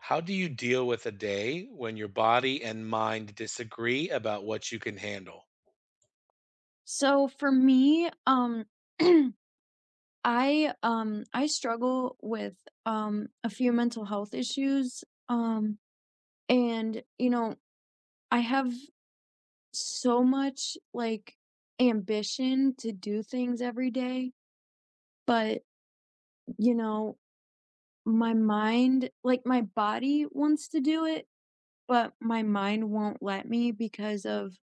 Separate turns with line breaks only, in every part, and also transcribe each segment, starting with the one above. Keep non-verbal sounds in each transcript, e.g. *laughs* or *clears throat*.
How do you deal with a day when your body and mind disagree about what you can handle?
So for me, *clears throat* I struggle with a few mental health issues. Um and you know, I have so much like ambition to do things every day, but you know, my mind, like my body wants to do it, but my mind won't let me because of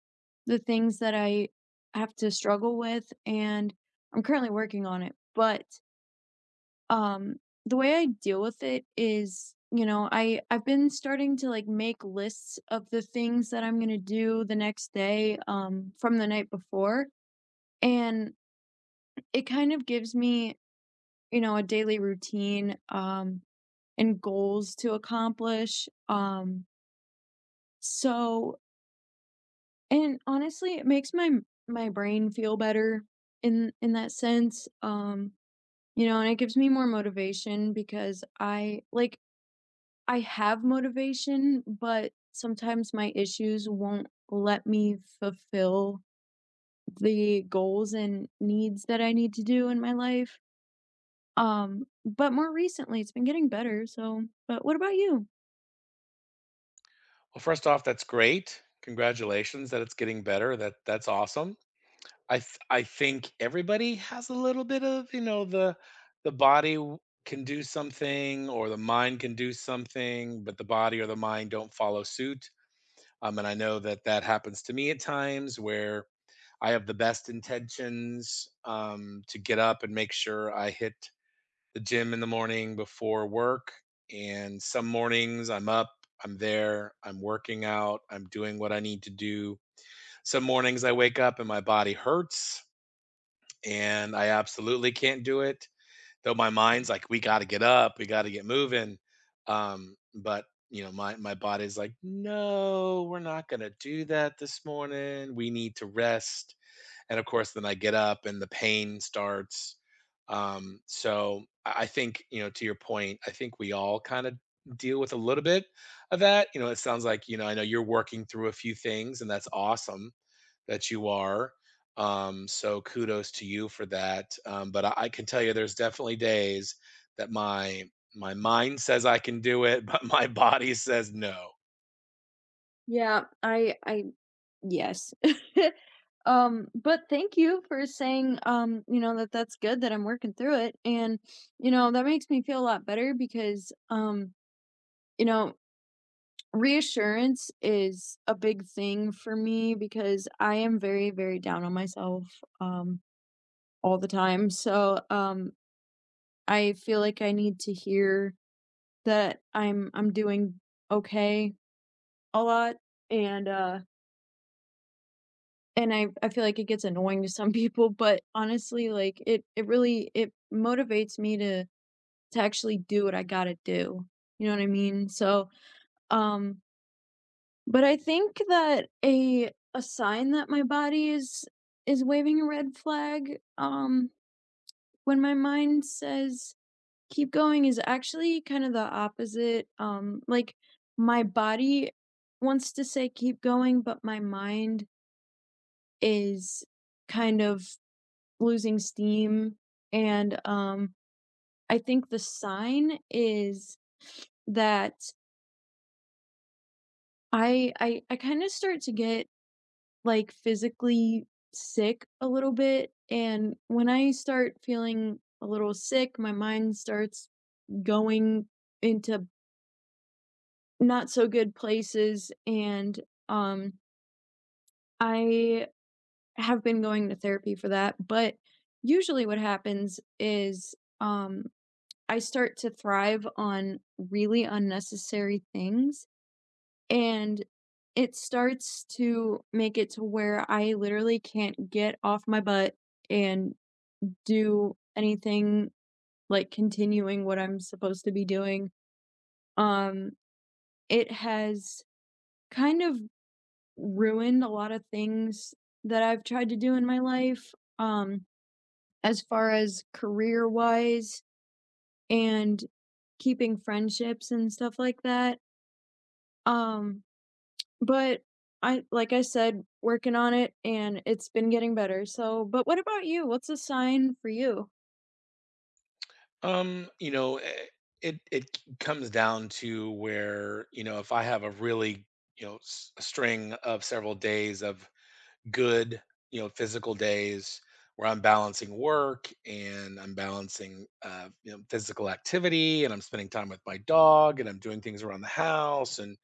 the things that I have to struggle with, and I'm currently working on it. But Um, the way I deal with it is, you know, I've been starting to like make lists of the things that I'm going to do the next day from the night before, and it kind of gives me, you know, a daily routine and goals to accomplish. So and honestly, it makes my brain feel better in that sense. You know, and it gives me more motivation because I have motivation, but sometimes my issues won't let me fulfill the goals and needs that I need to do in my life. But more recently, it's been getting better. So, but what about you?
Well, first off, that's great. Congratulations that it's getting better. That's awesome. I think everybody has a little bit of, you know, the the body w- can do something or the mind can do something, but the body or the mind don't follow suit. And I know that that happens to me at times where I have the best intentions to get up and make sure I hit the gym in the morning before work. And some mornings I'm up, I'm there, I'm working out, I'm doing what I need to do. Some mornings I wake up and my body hurts and I absolutely can't do it. Though my mind's like, we got to get up, we got to get moving. But you know, my body's like, no, we're not gonna do that this morning. We need to rest, and of course then I get up and the pain starts, um, so i I think, you know, to your point, I think we all kind of deal with a little bit of that. You know, it sounds like, you know, I know you're working through a few things, and that's awesome that you are. So kudos to you for that. But I can tell you there's definitely days that my mind says I can do it *laughs* but my body says no.
Yeah, yes. *laughs* But thank you for saying, you know, that that's good that I'm working through it. And, you know, that makes me feel a lot better because, you know, reassurance is a big thing for me because I am very, very down on myself, um, all the time, so, I feel like I need to hear that I'm doing okay a lot, and, uh, and I feel like it gets annoying to some *laughs* people, but honestly, like, it really it motivates me to actually do what I gotta do, you know what I mean? Um But I think that a sign that my body is waving a red flag, when my mind says, "Keep going," is actually kind of the opposite. My body wants to say, "Keep going," but my mind is kind of losing steam, and, I think the sign is that I kinda start to get like, physically sick a little bit, and when I start feeling a little sick, my mind starts going into not so good places, and, um, I have been going to therapy for that, but usually what happens is, I start to thrive on really unnecessary things, and it starts to make it to where I literally can't get off my butt and do anything like continuing what I'm supposed to be doing. Um, it has kind of ruined a lot of things that I've tried to do in my life, um, as far as career wise and keeping friendships and stuff like that. Um, but I, like I said, working on it, and it's been getting better. So, but what about you? What's a sign for you?
You know, comes down to where, you know, if I have a really, you know, a string of several days of good, you know, physical days where I'm balancing work and I'm balancing you know, physical activity, and I'm spending time with my dog and I'm doing things around the house. And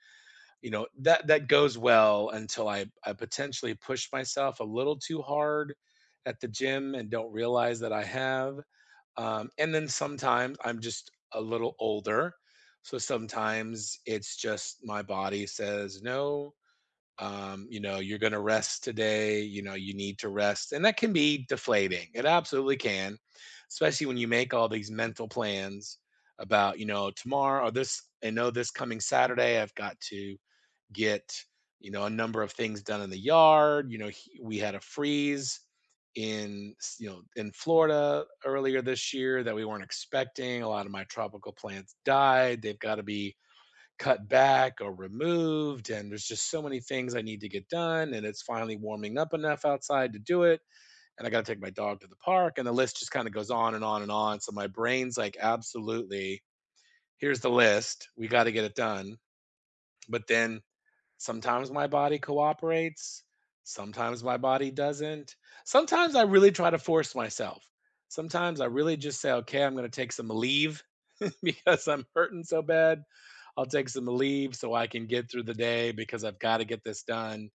you know, that that goes well until I potentially push myself a little too hard at the gym and don't realize that I have, and then sometimes I'm just a little older. So sometimes it's just my body says, no, you know, you're going to rest today. You know, you need to rest. And that can be deflating. It absolutely can, especially when you make all these mental plans about, you know, tomorrow, or this, I know this coming Saturday, I've got to get, you know, a number of things done in the yard. You know, we had a freeze in, you know, in Florida earlier this year that we weren't expecting. A lot of my tropical plants died. They've got to be cut back or removed, and there's just so many things I need to get done, and it's finally warming up enough outside to do it. And I got to take my dog to the park, and the list just kind of goes on and on and on. So my brain's like absolutely, here's the list, we got to get it done. But then, sometimes my body cooperates, sometimes my body doesn't. Sometimes I really try to force myself. Sometimes I really just say, okay, I'm going to take some leave *laughs* because I'm hurting so bad. I'll take some leave so I can get through the day because I've got to get this done.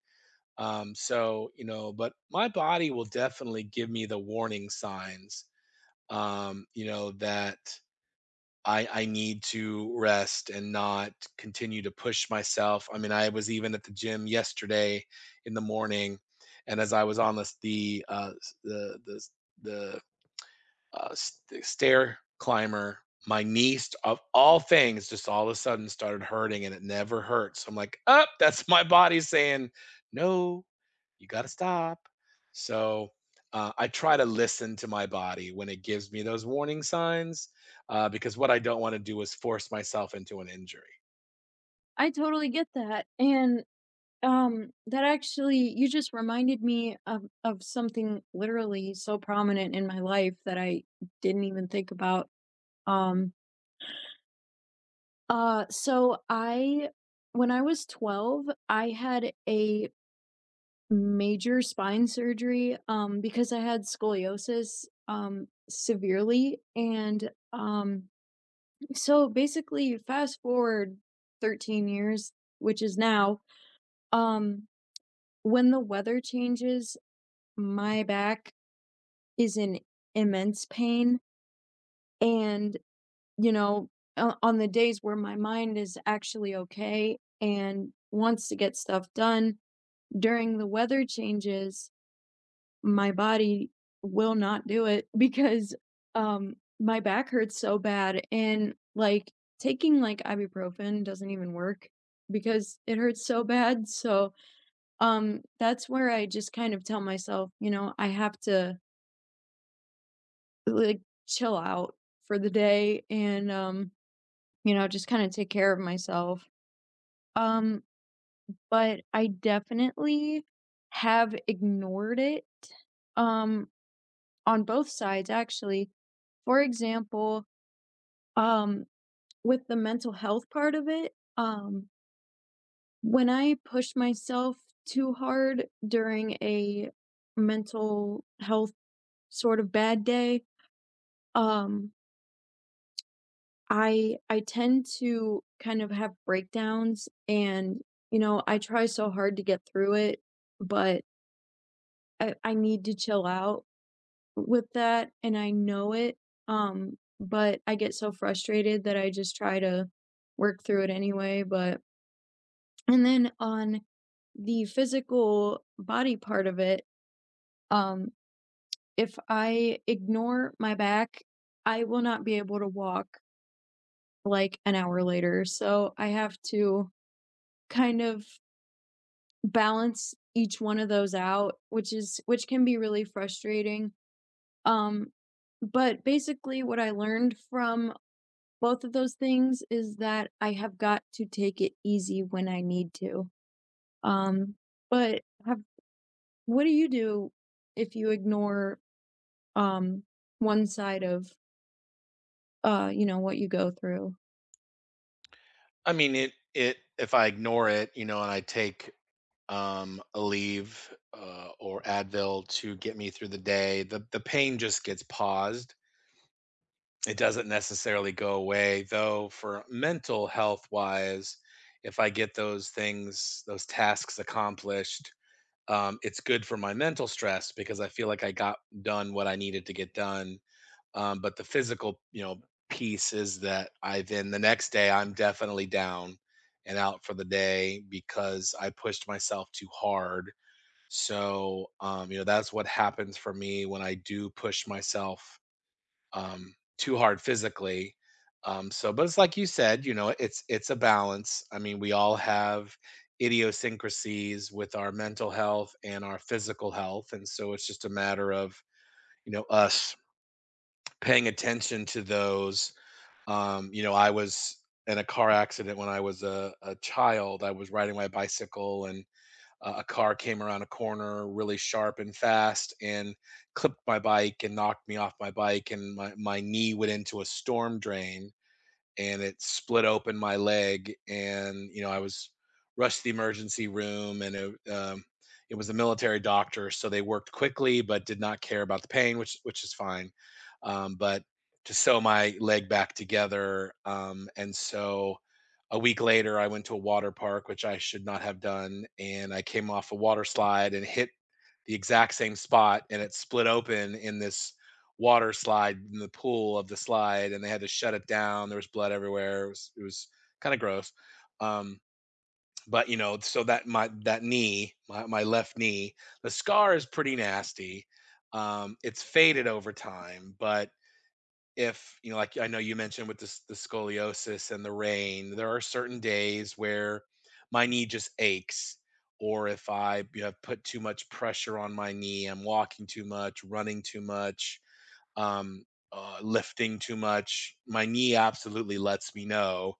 You know, but my body will definitely give me the warning signs, you know, that I need to rest and not continue to push myself. I mean, I was even at the gym yesterday in the morning, and as I was on this the s- the s- the st- stair climber, my knees, of all things, just all of a sudden started hurting, and it never hurt. So I'm like, up, oh, that's my body saying, no, you got to stop. So I try to listen to my body when it gives me those warning signs, because what I don't want to do is force myself into an injury.
I totally get that. And that actually you just reminded me of something literally so prominent in my life that I didn't even think about. Um, so I When I was 12, I had a major spine surgery because I had scoliosis severely, and basically fast forward 13 years, which is now, um when the weather changes, my back is in immense pain, and, you know, o on the days where my mind is actually okay and wants to get stuff done, during the weather changes, my body will not do it *laughs* because, um, my back hurts so bad, and, like, taking, like, ibuprofen doesn't even work because it hurts so bad, so, that's where I just kind of tell myself, you know, I have to, like, chill out for the day and, you know, just kinda take care of myself. Um, but I definitely have ignored it, um, on both sides, actually. For example, um, with the mental health part of it, when I pushed myself too hard during a mental health sort of bad day, um I tend to kind of have breakdowns, and you know, I try so hard to get through it, but I need to chill out with that, and I know it. But I get so frustrated that I just try to work through it anyway. But and then on the physical body part of it, um, if I ignore my back, I will not be able to walk like an hour later. So I have to kind of balance each one of those out, which can be really frustrating. Um, but basically what I learned from both of those things is that I have got to take it easy when I need to. Um, but have What do you do if you ignore um one side of you know what you go through?
I mean, it, if I ignore it, you know, and I take a leave, or Advil to get me through the day, the pain just gets paused. It doesn't necessarily go away. Though, for mental health wise, if I get those things, those tasks accomplished, it's good for my mental stress because I feel like I got done what I needed to get done. But the physical, you know, piece is that I, then the next day, I'm definitely down and out for the day because I pushed myself too hard. So, you know, that's what happens for me when I do push myself too hard physically. But it's like you said, you know, it's a balance. I mean, we all have idiosyncrasies with our mental health and our physical health, and so it's just a matter of, you know, us paying attention to those. You know, I was in a car accident when I was a child. I was riding my bicycle, and a car came around a corner really sharp and fast and clipped my bike and knocked me off my bike, and my knee went into a storm drain, and it split open my leg. And you know, I was rushed to the emergency room, and it was a military doctor, so they worked quickly but did not care about the pain, which is fine, but to sew my leg back together. And so a week later I went to a water park, which I should not have done, and I came off a water slide and hit the exact same spot, and it split open in this water slide in the pool of the slide, and they had to shut it down. There was blood everywhere. It was kind of gross. Um, but you know, so that my, that knee, my left knee, the scar is pretty nasty. It's faded over time. But if, you know, like I know you mentioned with this the scoliosis and the rain, there are certain days where my knee just aches, or if I, you know, put too much pressure on my knee, I'm walking too much, running too much, um, lifting too much, my knee absolutely lets me know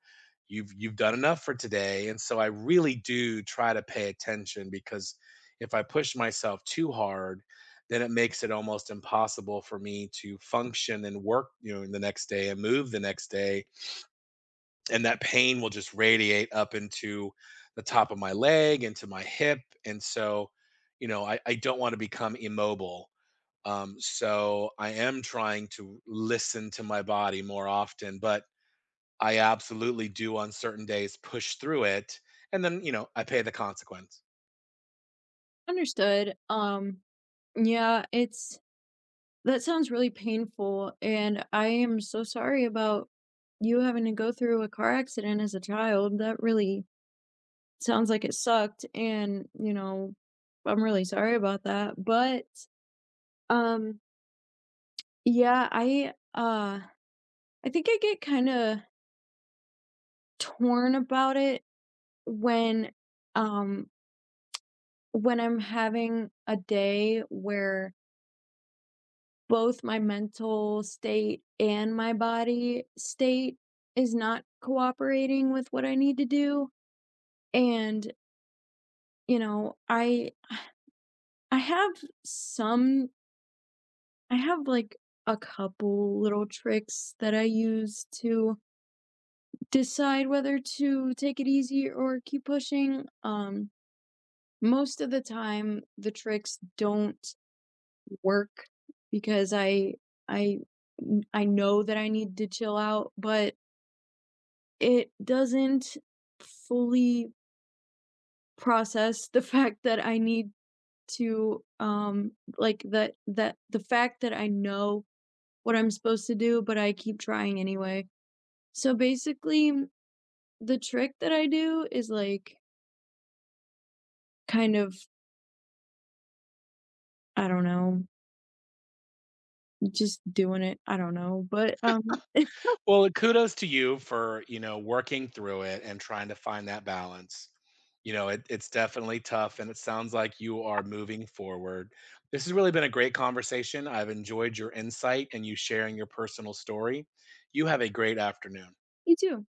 you've done enough for today. And so I really do try to pay attention, because if I push myself too hard, then it makes it almost impossible for me to function and work, you know, the next day, and move the next day, and that pain will just radiate up into the top of my leg, into my hip. And so you know, I don't want to become immobile, so I am trying to listen to my body more often, but I absolutely do on certain days push through it. And then, you know, I pay the consequence.
Understood. Yeah, it's that sounds really painful, and I am so sorry about you having to go through a car accident as a child. That really sounds like it sucked, and, you know, I'm really sorry about that, but, um, yeah, I think I get kinda torn about it when, um, when I'm having a day where both my mental state and my body state is not cooperating with what I need to do. And, you know, I have some I have like a couple little tricks that I use to decide whether to take it easy or keep pushing. Most of the time the tricks don't work because I I know that I need to chill out, but it doesn't fully process the *laughs* fact that I need to, that the fact that I know what I'm supposed to do, but I keep trying anyway. So, basically, the trick that I do is, like, kind of, I don't know, just doing it. I don't know, but, *laughs*
Well, kudos to you for, you know, working through it and trying to find that balance. You know, it's definitely tough, and it sounds like you are moving forward. This has really been a great conversation. I've enjoyed your insight and you sharing your personal story. You have a great afternoon.
you too.